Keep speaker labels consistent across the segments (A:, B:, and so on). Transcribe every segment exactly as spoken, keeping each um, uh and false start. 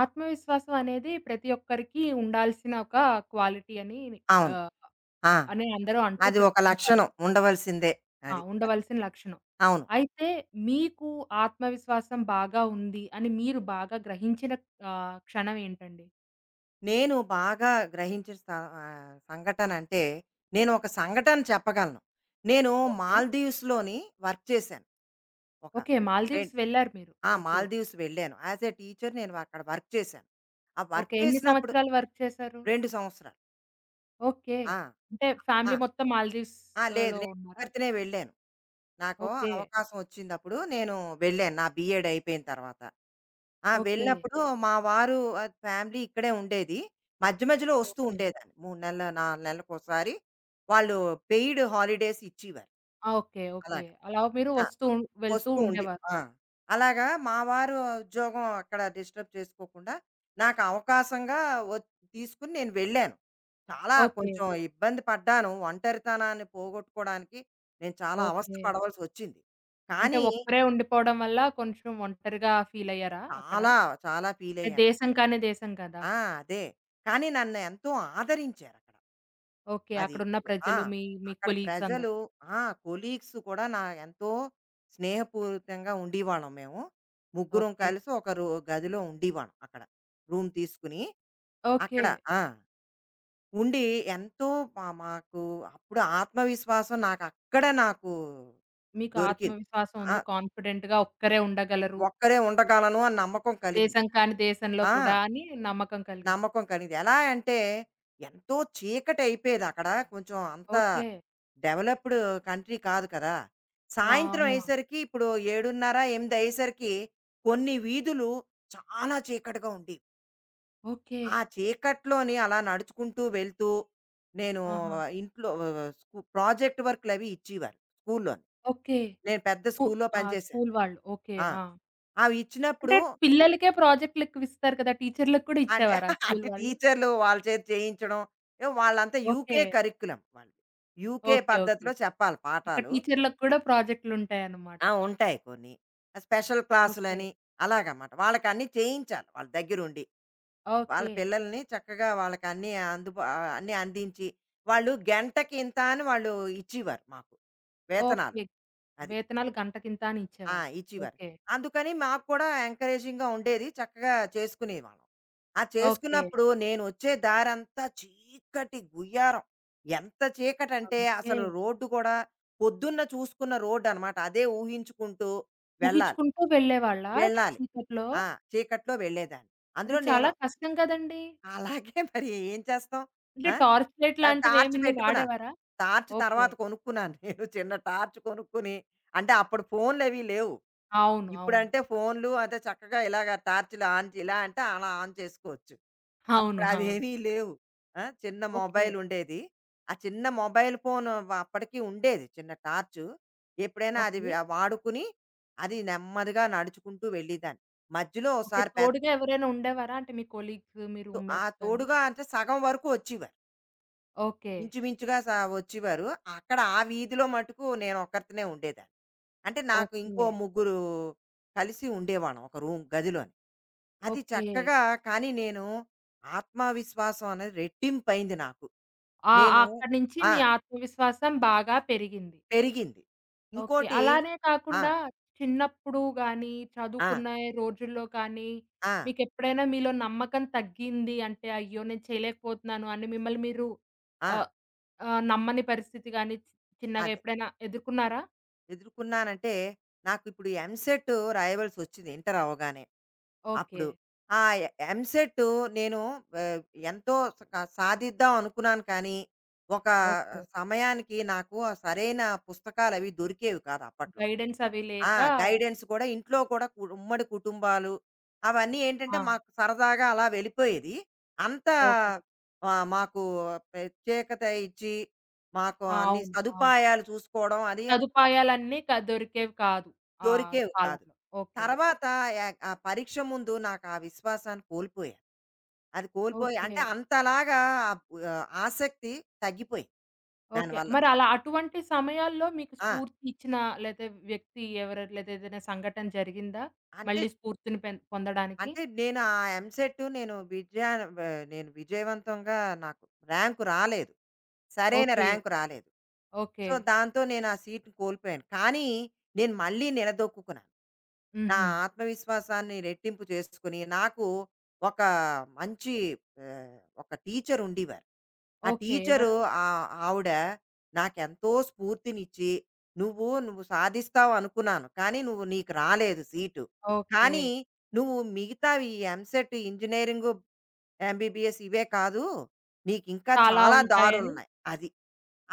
A: ఆత్మవిశ్వాసం అనేది ప్రతి ఒక్కరికి ఉండాల్సిన ఒక క్వాలిటీ అని
B: అవును.
A: ఆహ్,
B: ఆ!
A: అని అందరూ అంటూ
B: అది ఒక
A: చెప్తుంటారు.
B: లక్షణం ఉండవలసిందే
A: ఆ!
B: అది.
A: ఉండవలసిన లక్షణం.
B: అవును.
A: అయితే మీకు ఆత్మవిశ్వాసం బాగా ఉంది అని మీరు బాగా గ్రహించిన ఆహ్, క్షణం ఏంటండి?
B: నేను బాగా గ్రహించిన స ఆహ్, సంఘటనంటే నేను ఒక సంఘటన చెప్పగలను. నేను
A: ఓకే.
B: మాల్దీవ్స్‌లోని వర్క్ చేశాను. ఒక
A: ఓకే.
B: రెన్
A: మాల్దీవ్స్ వెళ్లారు మీరు.
B: ఆ!
A: ఓకే.
B: మాల్దీవ్స్ వెళ్ళాను. యాస్ ఎ టీచర్ నేను అక్కడ వర్క్ చేశాను. ఆ వర్క్
A: ఓకే. ఎన్ని
B: చేసినప్పుడు
A: సంవత్సరాలు వర్క్ చేశారు?
B: రెండు సంవత్సరాలు.
A: ఓకే.
B: ఆ!
A: అంటే ఫ్యామిలీ
B: ఆ!
A: మొత్తం
B: ఆ! లేదు.
A: మాల్దీవ్స్‌లో
B: నేను
A: ఉన్నారా?
B: ఒక్కర్తినే వెళ్ళాను. నాకు
A: ఓకే.
B: అవకాశం వచ్చిందప్పుడు నేను వెళ్ళాను. నా బీఎడ్ అయిపోయిన తర్వాత. ఆ!
A: ఓకే.
B: వెళ్ళినప్పుడు మా వారు ఆహ్, ఫ్యామిలీ ఇక్కడే ఉండేది. మధ్య మధ్యలో వస్తూ
A: ఓకే.
B: ఉండేదాన్ని. మూడు నెలల, నాలుగు నెలలకోసారి వాళ్ళు పెయిడ్ హాలిడేస్ ఇచ్చేవారు.
A: ఆ! ఓకే. ఓకే.
B: అలాగా.
A: అలా మీరు
B: ఆ!
A: వస్తూ, ఉం- వెళ్తూ
B: వస్తూ ఉండి
A: ఉండేవారు.
B: ఆ! అలాగా మా వారు ఉద్యోగం అక్కడ డిస్టర్బ్ చేసుకోకుండా నాకు అవకాశంగా ఒ తీసుకొని నేను వెళ్ళాను. చాలా
A: ఓకే.
B: కొంచెం ఇబ్బంది పడ్డాను. ఒంటరితనాన్ని పోగొట్టుకోవడానికి నేను చాలా అవస్థ
A: ఓకే.
B: పడవలసొచ్చింది.
A: అంటే
B: కానీ
A: ఒక్కరే ఉండిపోవడం వల్ల కొంచెం ఒంటరిగా ఫీలయ్యారా అక్కడ?
B: చాలా చాలా
A: అంటే
B: ఫీలయ్యాను.
A: దేశం కాని దేశం కదా!
B: ఆ! అదే. కానీ నన్ను ఎంతో ఆదరించారక్కడ.
A: ఓకే.
B: అది.
A: అక్కడున్న
B: ఆ!
A: ప్రజలు మీ మీ
B: అక్కడ
A: కొలీగ్స్ అందరూ.
B: ప్రజలు, ఆ! కొలీగ్స్ కూడా నా ఎంతో స్నేహపూరితంగా ఉండేవాళ్ళం మేము. ముగ్గురం
A: ఓకే.
B: కలిసి ఒక రూ గదిలో ఉండేవాళ్ళం అక్కడ. రూమ్ తీసుకుని
A: ఓకే.
B: అక్కడ ఆ! ఉండి ఎంతో మా మాకు అప్పుడు ఆత్మవిశ్వాసం నాకక్కడే నాకు
A: మీకు
B: దొరికింది.
A: ఆత్మవిశ్వాసం
B: ఆ!
A: ఉంది. కాన్ఫిడెంట్‌గా ఒక్కరే ఉండగలరు.
B: ఒక్కరే ఉండగలను అని నమ్మకం కలిగింది.
A: దేశం కాని దేశంలో
B: ఆ!
A: కూడా అని నమ్మకం కలిగింది.
B: నమ్మకం కలిగింది. ఎలా అంటే, ఎంతో చీకటయిపోయేది అక్కడ. కొంచెం అంత
A: ఓకే.
B: డెవలప్‌డ్ కంట్రీ కాదు కదా!
A: ఆ!
B: సాయంత్రం
A: ఆహా!
B: అయ్యేసరికి ఇప్పుడు ఏడున్నర, ఎనిమిది అయ్యేసరికి కొన్ని వీధులు చాలా చీకటిగా ఉండేవి.
A: ఓకే.
B: ఆ చీకట్లోని అలా నడుచుకుంటూ వెళ్తూ, నేను
A: ఆహా!
B: ఇంట్లో ఆహ్, స్కు ప్రాజెక్ట్ వర్కులవి ఇచ్చేవారు స్కూల్లోని.
A: ఓకే.
B: నేను పెద్ద
A: స్కూ
B: స్కూల్‌లో
A: ఆ!
B: పనిచేశాను.
A: స్కూల్ వాళ్ళు. ఓకే.
B: ఆ!
A: ఆ!
B: అవి ఇచ్చినప్పుడు
A: అంటే పిల్లలకే ప్రాజెక్ట్‌లెక్కువిస్తారు కదా! టీచర్‌లకి కూడా
B: అంటే
A: ఇచ్చేవారా స్కూల్
B: అంటే
A: వాళ్ళు?
B: టీచర్లు వాళ్ళ చేత చేయించడం. ఏమో వాళ్ళంతా
A: ఓకే.
B: యూకే కరిక్యులమ్ వాళ్ళది. UK
A: okay. ఓకే.
B: పద్ధతిలో చెప్పాలి
A: అక్కడ
B: పాఠాలు.
A: టీచర్‌లకి కూడా ప్రాజెక్ట్‌లుంటాయన్నమాట.
B: ఆ! ఉంటాయి కొన్ని. Special
A: okay.
B: క్లాసులని అలాగనమాట. వాళ్ళకన్నీ చేయించాలి వాళ్ళ దగ్గరుండి. వాళ్ళ
A: ఓకే.
B: పిల్లల్ని చక్కగా వాళ్ళకన్నీ అందుబా ఆహ్, అన్నీ అందించి, వాళ్ళు గంటకింత అని వాళ్ళు ఇచ్చేవారు మాకు వేతనాలు.
A: ఓకే.
B: అది.
A: వేతనాలు గంటకింత అని
B: ఆ!
A: ఇచ్చేవారు.
B: ఇచ్చేవారు.
A: ఓకే.
B: అందుకని మాకు కూడా ఎంకరేజింగ్‌గా ఉండేది. చక్కగా చేసుకునేవాళ్ళం. ఆ
A: ఓకే.
B: చేసుకున్నప్పుడు నేనొచ్చే దారంతా చీకటి గుయ్యారం. ఎంత చీకటంటే
A: అవి ఓకే.
B: అసలు రోడ్డు కూడా పొద్దున్న చూసుకున్న రోడ్డనమాట. అదే ఊహించుకుంటూ వెళ్ళాలి.
A: ఊహించుకుంటూ వెళ్ళేవాళ్ళా
B: వెళ్ళాలి.
A: చీకట్లో?
B: ఆ! చీకట్లో వెళ్ళేదాన్ని. అందులో
A: అది
B: నేను
A: చాలా కష్టం కదండీ!
B: అలాగే మరి ఏం చేస్తాం?
A: అంటే
B: ఆ!
A: టార్చ్ లైట్
B: ఆ టార్చ్
A: లాంటివేమన్నా
B: పెట్టుకున్నాను.
A: వాడేవారా?
B: Torch
A: okay.
B: తర్వాత కొనుక్కున్నాను. నేను చిన్న టార్చ్ కొనుక్కొని అంటే అప్పుడు ఫోన్‌లవి లేవు.
A: అవును. అవును.
B: ఇప్పుడంటే ఫోన్లు అదే చక్కగా ఇలాగ టార్చ్‌లు ఆన్ చే ఇలా అంటే అలా ఆన్ చేసుకోవచ్చు.
A: అవును.
B: అప్పుడు
A: అవును.
B: అవేమీ లేవు. ఆ! చిన్న
A: ఓకే.
B: మొబైల్ ఉండేది. ఆ చిన్న మొబైల్ ఫోన్ వ అప్పటికి ఉండేది చిన్న టార్చు. ఎప్పుడైనా అది
A: ఓకే.
B: వ వాడుకుని అది నెమ్మదిగా నడుచుకుంటూ వెళ్ళేదాన్ని. మధ్యలో
A: ఓకే.
B: ఒకసారి పెద్ద
A: తోడుగా ఎవరైనా ఉండేవారా? అంటే మీ కొలీగ్స్, మీ
B: ఆ
A: రూమ్‌మేట్స్ గాని?
B: తోడుగా అంటే సగం వరకు వచ్చేవారు.
A: ఓకే.
B: ఇంచుమించుగా స వచ్చేవారు. అక్కడ ఆ వీధిలో మటుకు నేను ఒక్కర్తినే ఉండేదాన్ని. అంటే నాకు ఇంకో
A: ఓకే.
B: ముగ్గురు కలిసి ఉండేవాళ్ళం ఒక రూమ్ గదిలోని. అది
A: ఓకే.
B: చక్కగా కానీ నేను ఆత్మవిశ్వాసం అనేది రెట్టింపయింది నాకు.
A: ఆ! ఆ-
B: నేను
A: అక్కడి నుంచి
B: ఆ!
A: మీ ఆత్మవిశ్వాసం బాగా పెరిగింది.
B: పెరిగింది.
A: ఓకే.
B: ఇంకోటి
A: అలానే
B: ఆ!
A: కాకుండా చిన్నప్పుడు గానీ,
B: ఆ!
A: చదువుకునే రోజుల్లో కానీ,
B: ఆ!
A: మీకెప్పుడైనా మీలో నమ్మకం తగ్గింది అంటే, అయ్యో! నేను చేయలేకపోతున్నాను అని మిమ్మల్ని మీరు
B: ఆ!
A: ఆహ్, ఆహ్, నమ్మని పరిస్థితి గానీ, చి చిన్నగా
B: అదే.
A: ఎప్పుడైనా ఎదుర్కొన్నారా?
B: ఎదుర్కున్నానంటే నాకు ఇప్పుడు ఎంసెట్ రాయవలసొచ్చింది ఇంటర్ అవ్వగానే.
A: ఓకే.
B: అప్పుడు ఆ ఎ ఎంసెట్ నేను ఆహ్, ఎంతో స సాధిద్దాం అనుకున్నాను కానీ, ఒక
A: ఓకే.
B: సమయానికి నాకు ఆ సరైన పుస్తకాలవి దొరికేవి కాదు అప్పట్లో.
A: గైడెన్స్ అవి
B: ఆ!
A: లేక
B: గైడెన్స్ కూడా ఇంట్లో కూడా కు ఉమ్మడి కుటుంబాలు అవన్నీ ఏంటంటే,
A: ఆ!
B: మాకు సరదాగా అలా వెళ్ళిపోయేది. అంత
A: ఓకే.
B: ఆహ్, మాకు ప్రత్యేకత ఇచ్చి, మాకు
A: ఆ!
B: అన్ని
A: అవును. అవును.
B: సదుపాయాలు చూసుకోవడం అది
A: సదుపాయాలన్నీ క దొరికేవి కాదు ఆ
B: దొరికేవి కాదు.
A: కాలంలో. ఓకే.
B: తర్వాత యాక్ ఆ పరీక్ష ముందు నాకు ఆ విశ్వాసాన్ని కోల్పోయాను. అది కోల్పోయి
A: ఓకే.
B: అంటే అంతలాగా ఆహ్, ఆసక్తి తగ్గిపోయింది
A: ఓకే.
B: దానివల్ల.
A: మరలా అటువంటి సమయాల్లో మీకు
B: ఆ!
A: స్ఫూర్తి ఇచ్చిన లేతే వ్యక్తి ఎవర లేతే ఏదైనా సంఘటన జరిగిందా?
B: అంటే
A: మళ్ళీ స్ఫూర్తిని పెన్ పొందడానికి?
B: అంటే నేను ఆ ఎంసెట్ నేను విజయా వ- నేను విజయవంతంగా నాకు ర్యాంకు రాలేదు, సరైన
A: ఓకే.
B: ర్యాంకు రాలేదు.
A: ఓకే.
B: సో దాంతో నేను ఆ సీట్ కోల్పోయాను కానీ నేను మళ్ళీ నిలదొక్కున్నాను. నా
A: హుహు.
B: ఆత్మవిశ్వాసాన్ని రెట్టింపు చేసుకుని నాకు ఒక మంచి, ఆ, ఒక టీచర్ ఉండేవారు. ఆ
A: ఓకే.
B: టీచరు
A: ఎవరు?
B: ఆహ్, ఆవిడ నాకెంతో స్ఫూర్తినిచ్చి, "నువ్వు, నువ్వు సాధిస్తావు అనుకున్నాను. కానీ నువ్వు నీకు రాలేదు సీటు.
A: ఓకే.
B: కానీ నువ్వు మిగతావి ఈ ఎంసెట్, ఇంజినీరింగు, ఎంబీబీఎస్ ఇవే కాదు. నీకింకా
A: చాలా
B: చాలా
A: ఉంటాయని.
B: దారులున్నాయి." అది.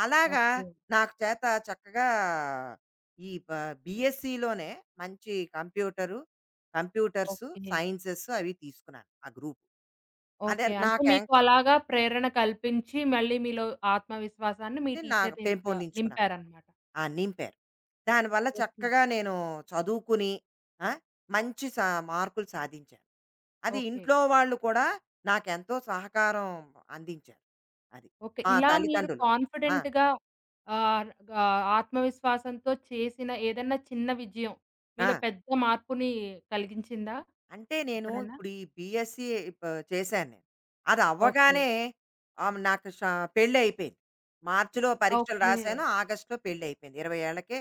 B: అలాగా
A: ఓకే.
B: నాకు చేత చక్కగా ఈ బ బీఎస్సీలోనే మంచి కంప్యూటరు, కంప్యూటర్సు,
A: ఓకే.
B: సైన్సెస్ అవి తీసుకున్నాను ఆ గ్రూప్. అదే
A: ఓకే. అంటే మీకు
B: నాకేంటంటే
A: అలాగా ప్రేరణ కల్పించి మళ్ళీ మీలో ఆత్మవిశ్వాసాన్ని మీ
B: నాకు నా
A: టీచర్ నింపా
B: పెంపొందించుకున్నాను.
A: నింపారనమాట.
B: ఆ! నింపారు. దానివల్ల
A: ఓకే.
B: చక్కగా నేను చదువుకుని ఆ! మంచి సా మార్కులు సాధించాను. అది
A: ఓకే.
B: ఇంట్లో వాళ్ళు కూడా నాకెంతో సహకారం అందించారు. అది.
A: ఓకే.
B: మా
A: ఇలా మీరు
B: తల్లిదండ్రులు. ఆ!
A: కాన్ఫిడెంట్‌గా ఆహ్, ఆహ్, ఆత్మవిశ్వాసంతో చేసిన ఏదన్నా చిన్న విజయం
B: ఆ!
A: మీలో పెద్ద మార్పుని కలిగించిందా
B: అంటే నేను
A: ఎప్పుడైనా?
B: ఇప్పుడు ఈ బీఎస్సీ ప చేశాను నేను. అది
A: ఓకే.
B: అవ్వగానే ఆహ్, నాకు ష పెళ్ళయిపోయింది. మార్చ్‌లో పరీక్షలు
A: ఓకే.
B: రాసాను. ఆగస్ట్‌లో పెళ్ళయిపోయింది. ఇరవై ఏళ్లకే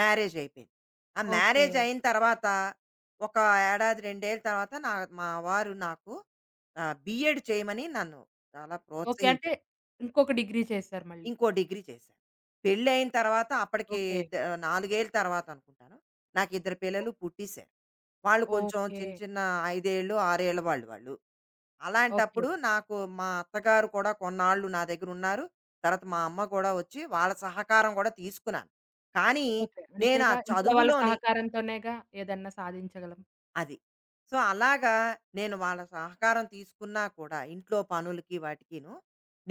B: మ్యారేజ్ అయిపోయింది. ఆ
A: ఓకే.
B: మ్యారేజ్ అయిన తర్వాత ఒక ఏడాది, రెండు ఏళ్ల తర్వాత నా మా వారు నాకు ఆహ్, బీఎడ్ చేయమని నన్ను చాలా
A: ఓకే. అంటే
B: ప్రోత్సహించారు.
A: ఇంకొక డిగ్రీ చేశారు మళ్ళీ.
B: ఇంకో డిగ్రీ చేశాను. పెళ్ళయిన తర్వాత అప్పటికి
A: ఓకే.
B: ద నాలుగు ఏళ్ల తర్వాత అనుకుంటాను. నాకు ఇద్దరు
A: ఓ
B: పిల్లలు పుట్టేసారు. వాళ్ళు కొంచెం
A: ఓకే.
B: చిన్న చిన్న ఐదు ఏళ్ళు, ఆరు ఏళ్ల వాళ్ళు వాళ్ళు.
A: ఓకే.
B: అలాంటప్పుడు నాకు మా అత్తగారు కూడా కొన్నాళ్ళు నా దగ్గర ఉన్నారు. తర్వాత మా అమ్మ కూడా వచ్చి వాళ్ళ సహకారం కూడా తీసుకున్నాను. కానీ
A: ఓకే.
B: నేను ఆ
A: అంతేగా ఇంట్లో వాళ్ళ
B: చదువులోని
A: సహకారంతోనేగా ఏదన్నా సాధించగలం.
B: అది. సో, అలాగా నేను వాళ్ళ సహకారం తీసుకున్నా కూడా ఇంట్లో పనులకి వాటికిను,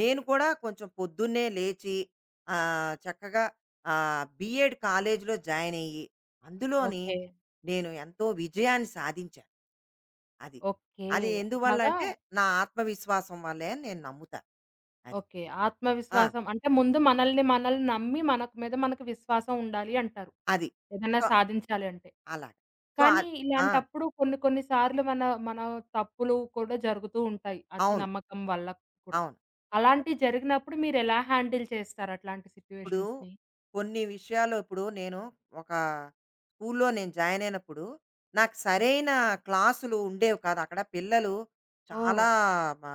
B: నేను కూడా కొంచెం పొద్దున్నే లేచి ఆహ్, చక్కగా ఆహ్, బీఎడ్ కాలేజీలో జాయిన్ అయ్యి, అందులోని
A: ఓకే.
B: నేను ఎంతో విజయాన్ని సాధించాను. అది.
A: ఓకే.
B: అది ఎందువల్ల
A: అట్లాగా
B: అంటే నా ఆత్మవిశ్వాసం వల్లే అని నేను నమ్ముతాను. అది.
A: ఓకే.
B: ఆ!
A: ఆత్మవిశ్వాసం అంటే ముందు మనల్ని మనల్ని నమ్మి మనకు మీద మనకు విశ్వాసం ఉండాలి అంటారు.
B: అది.
A: ఏదైనా
B: సో,
A: సాధించాలి అంటే.
B: అలాగ. సో,
A: కానీ
B: అద్ ఆ!
A: ఇలాంటప్పుడు కొన్ని కొన్ని సార్లు మన మన తప్పులు కూడా జరుగుతూ ఉంటాయి. అతి
B: అవును.
A: నమ్మకం వల్ల కూడా.
B: అవును.
A: అలాంటివి జరిగినప్పుడు మీరెలా హ్యాండిల్ చేస్తారు అట్లాంటి
B: ఇప్పుడు
A: సిట్యుయేషన్స్‌ని?
B: కొన్ని విషయాల్లో ఇప్పుడు నేను ఒక స్కూల్లో నేను జాయిన్ అయినప్పుడు, నాకు సరైన క్లాసులు ఉండేవి కాదు. అక్కడ పిల్లలు
A: ఓహ్!
B: చాలా మ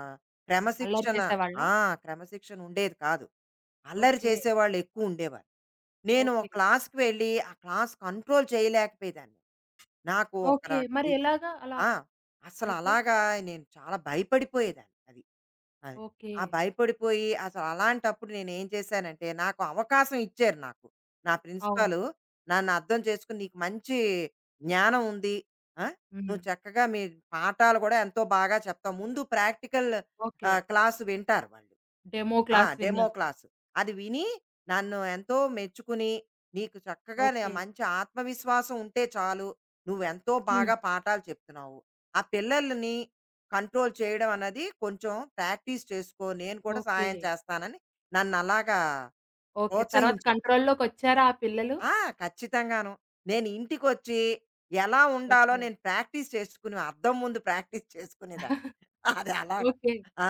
A: అల్లరి
B: క్రమశిక్షణ
A: చేసేవాళ్ళా?
B: ఆ! క్రమశిక్షణ ఉండేది కాదు. అల్లరి
A: ఓకే.
B: చేసేవాళ్ళు ఎక్కువ ఉండేవారు. నేను ఒక
A: ఓకే.
B: క్లాస్‌కి వెళ్ళి, ఆ క్లాస్ కంట్రోల్ చేయలేకపోయేదాన్ని. నాకు ఒక
A: ఓకే.
B: రక
A: మరి
B: విస్
A: ఎలాగా అలా
B: ఆ! అసలు
A: అయితే?
B: అలాగా నేను చాలా భయపడిపోయేదాన్ని. అది. అది.
A: ఓకే.
B: ఆ! భయపడిపోయి అసలు అలాంటప్పుడు నేనేం చేశానంటే, నాకు అవకాశం ఇచ్చారు నాకు. నా
A: అవును.
B: ప్రిన్సిపాలు నన్ను అర్థం చేసుకొని, "నీకు మంచి జ్ఞానం ఉంది. ఆ!
A: హ్మ్.
B: నువ్వు చక్కగా మీ పాఠాలు కూడా ఎంతో బాగా చెప్తావు. ముందు ప్రాక్టికల్
A: ఓకే.
B: ఆహ్, క్లాస్ వింటారు వాళ్ళు."
A: డెమో
B: ఆ!
A: క్లాస్
B: డెమో
A: విన్నారు.
B: క్లాస్. అది విని నన్ను ఎంతో మెచ్చుకుని, "నీకు చక్కగా నే
A: ఓకే.
B: మంచి ఆత్మవిశ్వాసం ఉంటే చాలు. నువ్వెంతో
A: హ్మ్.
B: బాగా పాఠాలు చెప్తున్నావు. ఆ పిల్లలని కంట్రోల్ చేయడం అన్నది కొంచెం ప్రాక్టీస్ చేసుకో. నేను కూడా
A: ఓకే.
B: సహాయం చేస్తానని" నన్నలాగా
A: ఓకే. తర్వాత
B: ప్రోత్సహించారు.
A: కంట్రోల్‌లోకొచ్చారా ఆ పిల్లలు?
B: ఆ! ఖచ్చితంగాను. నేను ఇంటికొచ్చి ఎలా ఉండాలో
A: ఓకే.
B: నేను ప్రాక్టీస్ చేసుకుని అద్దం ముందు ప్రాక్టీస్ చేసుకునేదాన్ని. అది అలాగా.
A: ఓకే.
B: ఆ!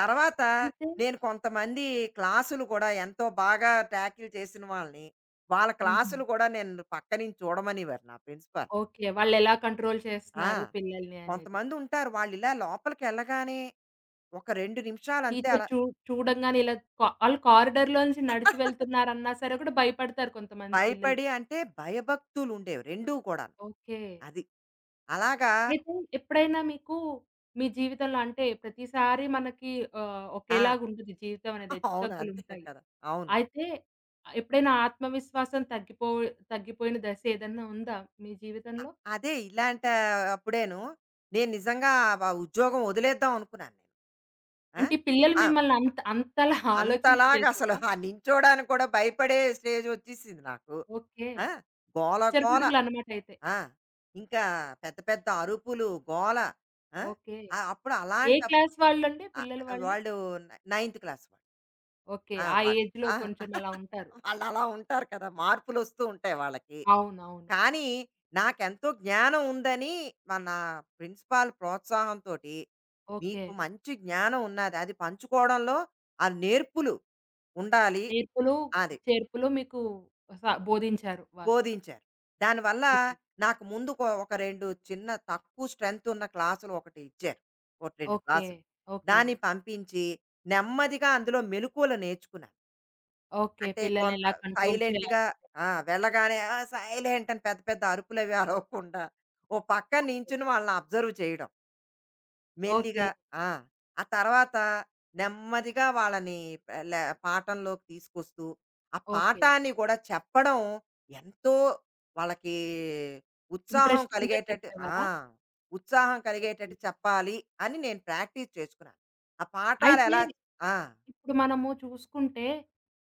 B: తర్వాత
A: అయితే
B: నేను కొంతమంది క్లాసులు కూడా ఎంతో బాగా టాకిల్ చేసిన వాళ్ళని, వాళ్ళ
A: హుహు.
B: క్లాసులు కూడా నేను పక్క నుంచి చూడమనేవారు నా ప్రిన్సిపాల్.
A: ఓకే. వాళ్ళెలా కంట్రోల్
B: ఆ!
A: చేస్తున్నారు పిల్లల్ని అనేది.
B: కొంతమందుంటారు వాళ్ళిలా లోపలికెళ్ళగానే ఒక రెండు నిమిషాలంతే
A: టీచర్
B: అలా
A: చూ చూడంగానే ఇలా కా ఆళ్ళు కారిడార్‌లో నుంచి నడిచి వెళ్తున్నారన్నా సరే కూడా భయపడతారు కొంతమంది పిల్లలు.
B: భయపడి అంటే భయభక్తులుండేవి రెండూ కూడాను.
A: ఓకే.
B: అది. అలాగా
A: అయితే ఎప్పుడైనా మీకు మీ జీవితంలో అంటే ప్రతిసారి మనకి ఆహ్,
B: ఆ!
A: ఒకేలాగుండదు జీవితం అనేది.
B: అవును. అంతే
A: హెచ్చుతగ్గులుంటాయి.
B: కదా! అవును.
A: అయితే ఎప్పుడైనా ఆత్మవిశ్వాసం తగ్గిపో తగ్గిపోయిన దశ ఏదన్నా ఉందా మీ
B: అ
A: జీవితంలో?
B: అదే ఇలాంటి అప్పుడేను నేను నిజంగా ఆ ఉద్యోగం వదిలేద్దాం అనుకున్నాను నేను. ఆ!
A: అంటే పిల్లలు
B: ఆ!
A: మిమ్మల్ని అంత అంతలా
B: అంతలాగా అసలు
A: ఆలోచింపజేసారా?
B: ఆ నించోడానికి కూడా భయపడే స్టేజ్ వచ్చేసింది నాకు.
A: ఓకే.
B: ఆ! గోల
A: పిచ్చర
B: గోల.
A: పిడుగులన్నమాట అయితే.
B: ఆ! ఇంకా పెద్ద పెద్ద అరుపులు, గోల. ఆ!
A: ఓకే.
B: ఆ! అప్పుడు
A: ఏ
B: అలాంటప్
A: క్లాస్ వాళ్ళండి
B: ఆహ్,
A: పిల్లలు వాళ్ళు?
B: వాళ్ళు నై నైన్త్ క్లాస్ వాళ్ళు.
A: ఓకే.
B: ఆ!
A: ఆ
B: వాళ్ళు
A: ఏజ్‌లో
B: ఆ!
A: కొంచెం అలా ఉంటారు.
B: వాళ్ళలా ఉంటారు కదా! మార్పులొస్తూ ఉంటాయి వాళ్ళకి.
A: అవునవును.
B: కానీ నాకెంతో జ్ఞానం ఉందని మన ప్రిన్సిపాల్ ప్రోత్సాహంతోటి
A: ఓకే.
B: మీకు మంచి జ్ఞానం ఉన్నది. అది పంచుకోవడంలో ఆ నేర్పులు ఉండాలి.
A: నేర్పులు,
B: అది
A: చేర్పులు మీకు స బోధించారు వారు.
B: బోధించారు. దానివల్ల
A: ఓకే.
B: నాకు ముందుకు ఒక రెండు చిన్న తక్కువ స్ట్రెంత్ ఉన్న క్లాసులు ఒకటి ఇచ్చారు. ఒక రెండు
A: ఓకే.
B: క్లాసులు.
A: ఓకే.
B: దాన్ని పంపించి నెమ్మదిగా అందులో మెలుకువలు నేర్చుకున్నాను.
A: ఓకే.
B: అంటే
A: పిల్లల్ని
B: కొంత
A: ఎలా కంట్రోల్ చేయాలి.
B: సైలెంట్‌గా ఆ! వెళ్ళగానే ఆ! సైలెంట్ అని పెద్ద పెద్ద అరుపులవి అరవకుండా, ఓ పక్కన నించుని వాళ్ళని అబ్జర్వ్ చేయడం.
A: ఓకే.
B: మెల్లిగా ఆ! ఆ తర్వాత నెమ్మదిగా వాళ్ళని ప లే పాఠంలోకి తీసుకొస్తూ, ఆ
A: ఓకే.
B: పాఠాన్ని కూడా చెప్పడం ఎంతో వాళ్ళకి ఉత్సాహం
A: ఇంట్రెస్టింగ్‌గా
B: కలిగేటట్టు. ఆ!
A: చెప్పేవారా?
B: ఉత్సాహం
A: ఓకే.
B: కలిగేటట్టు చెప్పాలి అని నేను ప్రాక్టీస్ చేసుకున్నాను. ఆ
A: అయితే
B: పాఠాలెలా ఆ!
A: ఇప్పుడు మనము చూసుకుంటే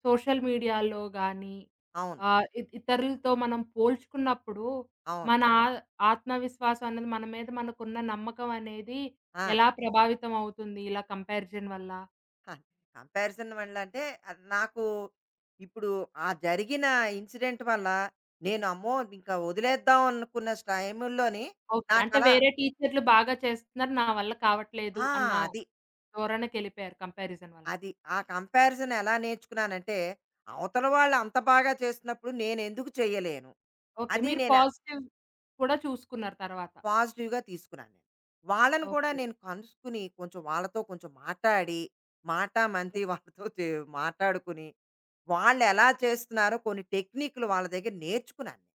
A: సోషల్ మీడియాలో గానీ,
B: అవును.
A: ఆహ్, ఇ ఇతరులతో మనం పోల్చుకున్నప్పుడు
B: అవును.
A: మన ఆ ఆత్మవిశ్వాసం అనేది మన మీద మనకున్న నమ్మకం అనేది
B: ఆ!
A: ఎలా ప్రభావితం అవుతుంది ఇలా కంపారిజన్ వల్ల?
B: కంపారిజన్ వల్ల అంటే అది నాకు ఇప్పుడు ఆ జరిగిన ఇన్సిడెంట్ వల్ల నేను అమ్మో ఇంకా వదిలేద్దాం అనుకున్న టైముల్లోని
A: ఓకే.
B: నాకు
A: అంటే
B: అలా
A: వేరే టీచర్లు బాగా చేస్తున్నారు. నా వల్ల కావట్లేదు
B: ఆ,
A: అన్న
B: అది
A: ధోరణికెళ్ళిపోయారు కంపారిజన్ వల్ల.
B: అది ఆ కంపారిజన్ ఎలా నేర్చుకున్నానంటే అవతల వాళ్ళు అంత బాగా చేస్తున్నప్పుడు నేను ఎందుకు చేయలేను?
A: ఓకే.
B: అది
A: మీరు
B: నేను
A: పాజిటివ్ కూడా చూసుకున్నారు తర్వాత.
B: పాజిటివ్‌గా తీసుకున్నాను నేను. వాళ్ళని కూడా
A: ఓకే.
B: నేను కలుసుకుని కొంచెం వాళ్ళతో కొంచెం మాట్లాడి, మాటామంతి వాళ్ళతో చే మాట్లాడుకుని, వాళ్ళెలా చేస్తున్నారో కొన్ని టెక్నిక్‌లు వాళ్ళ దగ్గర నేర్చుకున్నాను. నేను.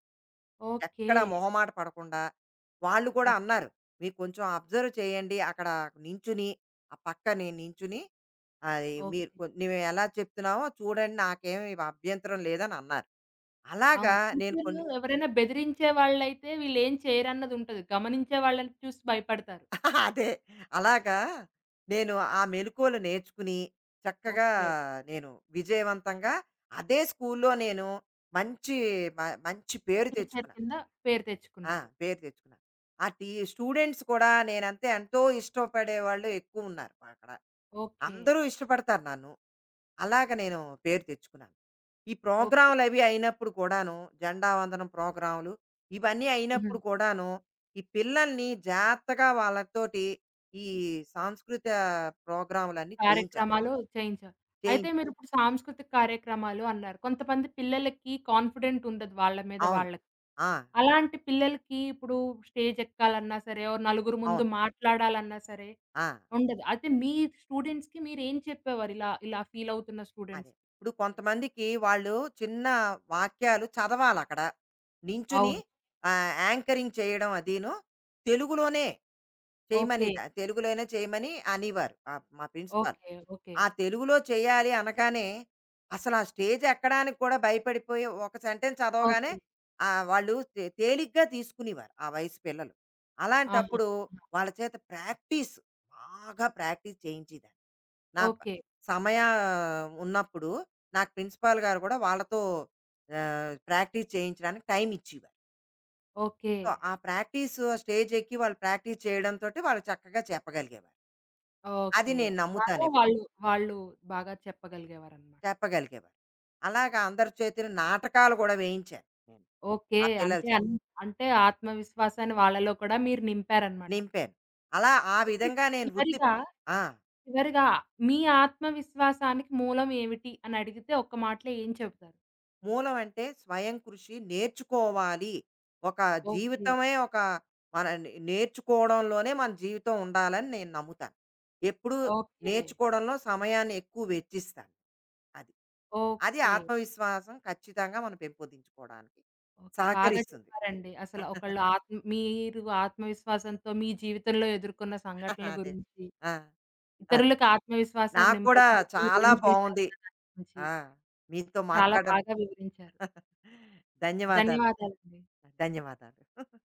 A: ఓకే.
B: ఎక్కడ మొహమాట పడకుండా వాళ్ళు కూడా
A: ఓకే.
B: అన్నారు. "మీరు కొంచెం అబ్జర్వ్ చేయండి. అక్కడ నించుని, ఆ పక్కనే నించుని అది మీరు
A: ఓకే.
B: కొ నువ్వు ఎలా చెప్తున్నావో చూడండి. నాకేమి అభ్యంతరం లేదని" అన్నారు. అలాగా
A: అవును.
B: నేను
A: టీచర్లు
B: కొన్ని
A: ఎవరైనా బెదిరించే వాళ్ళైతే వీళ్ళేం చేయరన్నదుంటది. గమనించే వాళ్ళని చూసి భయపడతారు.
B: అదే. అలాగా నేను ఆ మెలుకువలు నేర్చుకుని, చక్కగా
A: ఓకే.
B: నేను విజయవంతంగా అదే స్కూల్‌లో నేను మంచి మ మంచి పేరు
A: టీచర్
B: తెచ్చుకున్నాను.
A: కింద పేరు
B: ఆ!
A: తెచ్చుకున్నారు.
B: పేరు తెచ్చుకున్నాను. ఆ టీ స్టూడెంట్స్ కూడా నేనంటే ఎంతో ఇష్టపడేవాళ్ళు ఎక్కువున్నారు అక్కడ.
A: ఓకే.
B: అందరూ ఇష్టపడతారు నన్ను. అలాగ నేను పేరు తెచ్చుకున్నాను. ఈ
A: ఓకే.
B: ప్రోగ్రామ్‌లవి అయినప్పుడు కూడాను, జెండా వందనం ప్రోగ్రామ్‌లు ఇవన్నీ
A: హ్మ్.
B: అయినప్పుడు కూడాను, ఈ పిల్లల్ని జాగ్రత్తగా వాళ్ళతోటి ఈ సాంస్కృత ప్రోగ్రామ్‌లన్నీ చేయించాలి.
A: కార్యక్రమాలు చేయించారు. అయితే
B: చేయించాలి.
A: మీరిప్పుడు సాంస్కృతిక కార్యక్రమాలు అన్నారు. కొంతమంది పిల్లలకి కాన్ఫిడెంట్ ఉండదు వాళ్ళ మీద
B: అవును.
A: వాళ్ళకి.
B: ఆ!
A: అలాంటి పిల్లలకి ఇప్పుడు స్టేజ్ ఎక్కాలన్నా సరే, ఓ నలుగురు ముందు
B: అవును.
A: మాట్లాడాలన్నా సరే
B: ఆ!
A: ఉండదు. అయితే మీ స్టూడెంట్స్‌కి మీరేం చెప్పేవారు ఇలా ఇలా ఫీలవుతున్న
B: అదే.
A: స్టూడెంట్స్‌కి?
B: ఇప్పుడు కొంతమందికి వాళ్ళు చిన్న వాక్యాలు చదవాలక్కడ. నించుని
A: అవును.
B: ఆహ్, యాంకరింగ్ చేయడం అదీను తెలుగులోనే చేయమని
A: ఓకే.
B: తెలుగులోనే చేయమని అనేవారు. ఆహ్, మా ప్రిన్సిపాల్.
A: ఓకే. ఓకే.
B: ఆ తెలుగులో చేయాలి అనగానే అసలు ఆ స్టేజ్ ఎక్కడానికి కూడా భయపడిపోయి ఒక సెంటెన్స్ చదవగానే
A: ఓకే.
B: ఆ వాళ్ళు తే- తేలిగ్గా తీసుకునేవారు ఆ వయసు పిల్లలు.
A: ఆహా!
B: అలాంటప్పుడు
A: ఆహా!
B: వాళ్ళ చేత ప్రాక్టీస్ బాగా ప్రాక్టీస్ చేయించేదాన్ని. నా ప-
A: ఓకే.
B: సమయ ఉన్నప్పుడు నాకు ప్రిన్సిపాల్ గారు కూడా వాళ్ళతో ప్రాక్టీస్ చేయించడానికి టైం ఇచ్చేవారు.
A: ఓకే.
B: సో ఆ ప్రాక్టీస్ స్టేజ్ ఎక్కి వాళ్ళు ప్రాక్టీస్ చేయడంతో వాళ్ళు చక్కగా చెప్పగలిగేవారు. అది
A: ఓకే.
B: నేను
A: అలాగా
B: నమ్ముతాను.
A: వాళ్ళు, వాళ్ళు బాగా చెప్పగలిగేవారనమాట.
B: చెప్పగలిగేవారు. అలాగా అందరి చేతులు నాటకాలు గూడా వేయించాను నేను.
A: ఓకే.
B: ఆ పిల్లల
A: అంటే
B: చేత.
A: అన్ అంటే ఆత్మవిశ్వాసాన్ని వాళ్ళలో కూడా మీరు నింపారనమాట.
B: నింపాను. అలా ఆ
A: అయితే
B: విధంగా నేను వృత్తి
A: చివరిగా,
B: ఆ!
A: చివరిగా మీ ఆత్మవిశ్వాసానికి మూలం ఏమిటి అని అడిగితే ఒక్క మాటలో ఏం చెబుతారు?
B: మూలం అంటే స్వయం కృషి నేర్చుకోవాలి. ఒక
A: ఓకే.
B: జీవితమే ఒక మన నే నేర్చుకోవడంలోనే మన జీవితం ఉండాలని నేను నమ్ముతాను. ఎప్పుడూ
A: ఓకే.
B: నేర్చుకోవడంలో సమయాన్ని ఎక్కువ వెచ్చిస్తాను. అది. అది
A: ఓకే.
B: ఆత్మవిశ్వాసం ఖచ్చితంగా మనం పెంపొందించుకోవడానికి
A: ఓకే. బాగా
B: సహకరిస్తుంది.
A: చెప్పారండి. అసలు ఒకళ్ళు ఆత్మ మీరు ఆత్మవిశ్వాసంతో మీ జీవితంలో ఎదుర్కొన్న సంఘటనల
B: అదే.
A: గురించి
B: ఆ! అదే.
A: ఇతరులకు ఆత్మవిశ్వాసాన్ని
B: నాకు కూడా
A: నింపడానికి
B: చాలా
A: మీరేం
B: బావుంది.
A: చేశారన్న దాని గురించి
B: ఆ! మీతో
A: చాలా
B: మాట్లాడడం
A: బాగా వివరించారు.
B: ధన్యవాదాలండి.
A: ధన్యవాదాలండి.
B: ధన్యవాదాలు.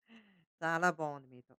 B: చాలా బావుంది మీతో.